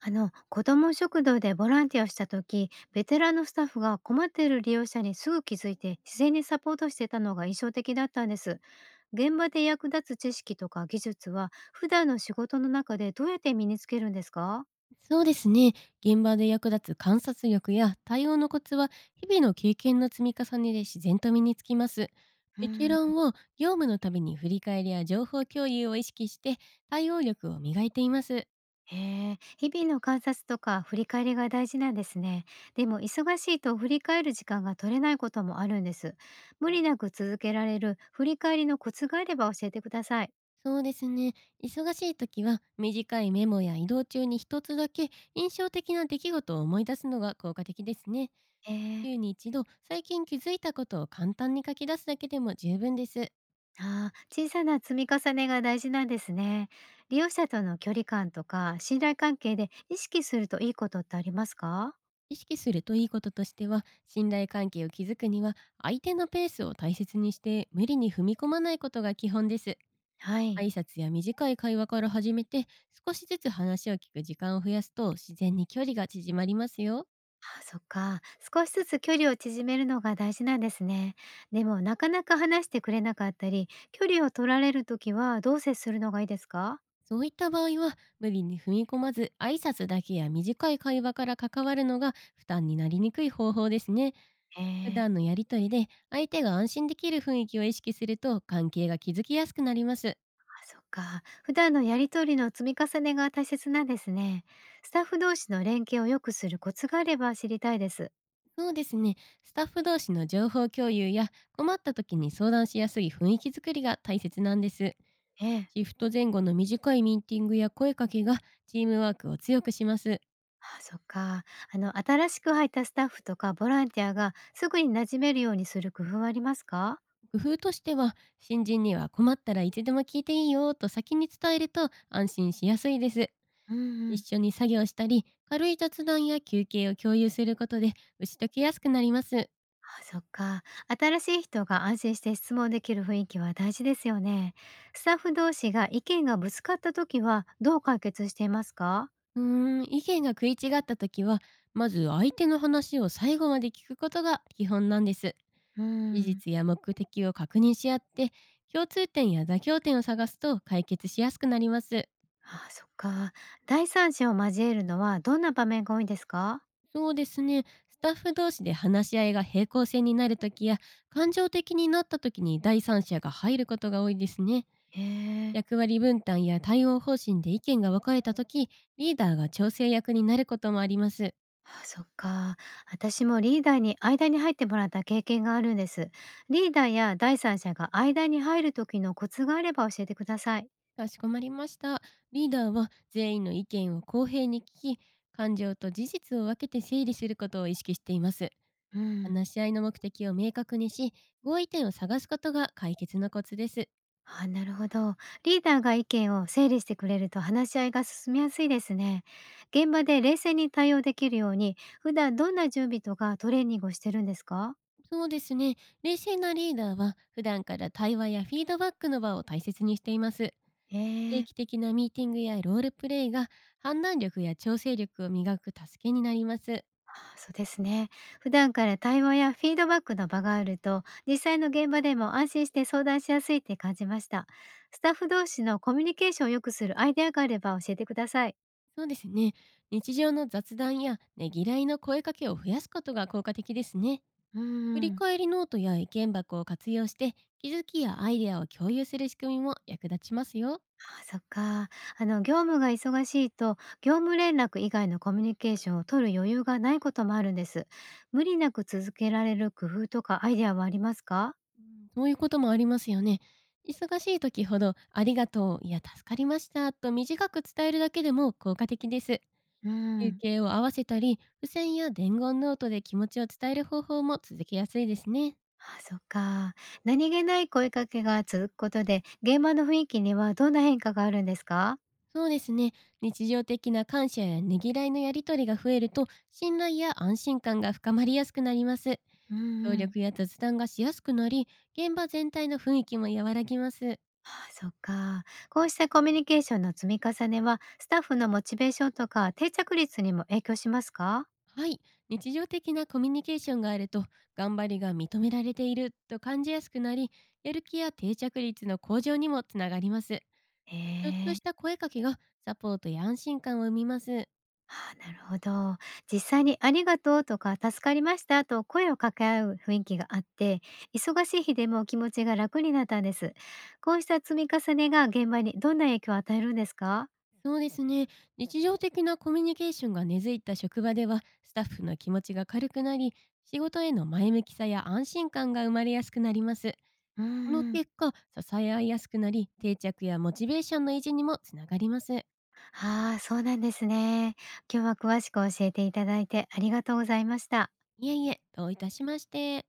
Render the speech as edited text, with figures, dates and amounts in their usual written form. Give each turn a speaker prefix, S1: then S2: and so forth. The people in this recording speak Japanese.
S1: あの、子ども食堂でボランティアをした時、ベテランのスタッフが困っている利用者にすぐ気づいて自然にサポートしていたのが印象的だったんです。現場で役立つ知識とか技術は、普段の仕事の中でどうやって身につけるんですか？
S2: そうですね。現場で役立つ観察力や対応のコツは、日々の経験の積み重ねで自然と身につきます。
S1: う
S2: ベテ
S1: ん。
S2: ランは業務のたびに振り返りや情報共有を意識して対応力を磨いています。
S1: へえ、日々の観察とか振り返りが大事なんですね。でも忙しいと振り返る時間が取れないこともあるんです。無理なく続けられる振り返りのコツがあれば教えてください。
S2: そうですね。忙しい時は短いメモや移動中に一つだけ印象的な出来事を思い出すのが効果的ですね。
S1: へえ。
S2: 週に一度最近気づいたことを簡単に書き出すだけでも十分です。
S1: ああ、小さな積み重ねが大事なんですね。利用者との距離感とか信頼関係で意識するといいことってありますか？
S2: 意識するといいこととしては、信頼関係を築くには相手のペースを大切にして無理に踏み込まないことが基本です。
S1: はい。
S2: 挨拶や短い会話から始めて、少しずつ話を聞く時間を増やすと自然に距離が縮まりますよ。
S1: ああ、そっか。少しずつ距離を縮めるのが大事なんですね。でも、なかなか話してくれなかったり、距離を取られるときはどう接するのがいいですか？
S2: そういった場合は無理に踏み込まず、挨拶だけや短い会話から関わるのが負担になりにくい方法ですね。
S1: え
S2: 普
S1: え、
S2: 段のやりとりで相手が安心できる雰囲気を意識すると関係が築きやすくなります。
S1: あ、そっか。普段のやりとりの積み重ねが大切なんですね。スタッフ同士の連携を良くするコツがあれば知りたいです。
S2: そうですね。スタッフ同士の情報共有や困った時に相談しやすい雰囲気づくりが大切なんです。
S1: ええ。
S2: シフト前後の短いミーティングや声かけがチームワークを強くします。
S1: ああ、そっか。あの、新しく入ったスタッフとかボランティアがすぐに馴染めるようにする工夫はありますか？
S2: 工夫としては、新人には困ったらいつでも聞いていいよと先に伝えると安心しやすいです。
S1: うんうん。
S2: 一緒に作業したり、軽い雑談や休憩を共有することで打ち解けやすくなります。
S1: あ、そっか。新しい人が安心して質問できる雰囲気は大事ですよね。スタッフ同士が意見がぶつかった時はどう解決していますか？
S2: 意見が食い違った時は、まず相手の話を最後まで聞くことが基本なんです。
S1: う
S2: 事
S1: ん。
S2: 実や目的を確認し合って、共通点や妥協点を探すと解決しやすくなります。
S1: ああ、そっか。第三者を交えるのはどんな場面が多いんですか？
S2: そうですね。スタッフ同士で話し合いが平行線になる時や感情的になった時に第三者が入ることが多いですね。
S1: へえ。
S2: 役割分担や対応方針で意見が分かれた時、リーダーが調整役になることもあります。
S1: あ、そっか。私もリーダーに間に入ってもらった経験があるんです。リーダーや第三者が間に入る時のコツがあれば教えてください。
S2: かしこまりました。リーダーは全員の意見を公平に聞き、感情と事実を分けて整理することを意識しています。
S1: うん、
S2: 話し合いの目的を明確にし、合意点を探すことが解決のコツです。
S1: あ、なるほど。リーダーが意見を整理してくれると話し合いが進みやすいですね。現場で冷静に対応できるように、普段どんな準備とかトレーニングをしてるんですか？
S2: そうですね。冷静なリーダーは普段から対話やフィードバックの場を大切にしています。定
S1: ええ。
S2: 期的なミーティングやロールプレイが判断力や調整力を磨く助けになります。
S1: そうですね。普段から対話やフィードバックの場があると、実際の現場でも安心して相談しやすいって感じました。スタッフ同士のコミュニケーションを良くするアイデアがあれば教えてください。
S2: そうですね。日常の雑談やねぎらいの声かけを増やすことが効果的ですね。
S1: うー
S2: 振り
S1: ん。
S2: 返りノートや意見箱を活用して気づきやアイデアを共有する仕組みも役立ちますよ。
S1: あ、そっか。あの、業務が忙しいと、業務連絡以外のコミュニケーションを取る余裕がないこともあるんです。無理なく続けられる工夫とかアイデアはありますか？
S2: うん、そういうこともありますよね。忙しい時ほど、ありがとう、いや、助かりました、と短く伝えるだけでも効果的です。
S1: う
S2: 休
S1: ん。
S2: 憩を合わせたり、付箋や伝言ノートで気持ちを伝える方法も続けやすいですね。
S1: ああ、そっか。何気ない声かけが続くことで、現場の雰囲気にはどんな変化があるんですか？
S2: そうですね。日常的な感謝やねぎらいのやりとりが増えると、信頼や安心感が深まりやすくなります。
S1: うん
S2: 協
S1: うん。
S2: 力や雑談がしやすくなり、現場全体の雰囲気も和らぎます。
S1: ああ、そっか。こうしたコミュニケーションの積み重ねは、スタッフのモチベーションとか定着率にも影響しますか？
S2: はい。日常的なコミュニケーションがあると、頑張りが認められていると感じやすくなり、やる気や定着率の向上にもつながります。
S1: へ
S2: ちょっと
S1: え。
S2: した声かけがサポートや安心感を生みます。
S1: ああ、なるほど。実際にありがとうとか助かりましたと声を掛け合う雰囲気があって、忙しい日でも気持ちが楽になったんです。こうした積み重ねが現場にどんな影響を与えるんですか？
S2: そうですね。日常的なコミュニケーションが根付いた職場では、スタッフの気持ちが軽くなり、仕事への前向きさや安心感が生まれやすくなります。
S1: う
S2: この
S1: んうん。
S2: 結果、支え合いやすくなり、定着やモチベーションの維持にもつながります。
S1: ああ、そうなんですね。今日は詳しく教えていただいてありがとうございました。
S2: いえいえ、どういたしまして。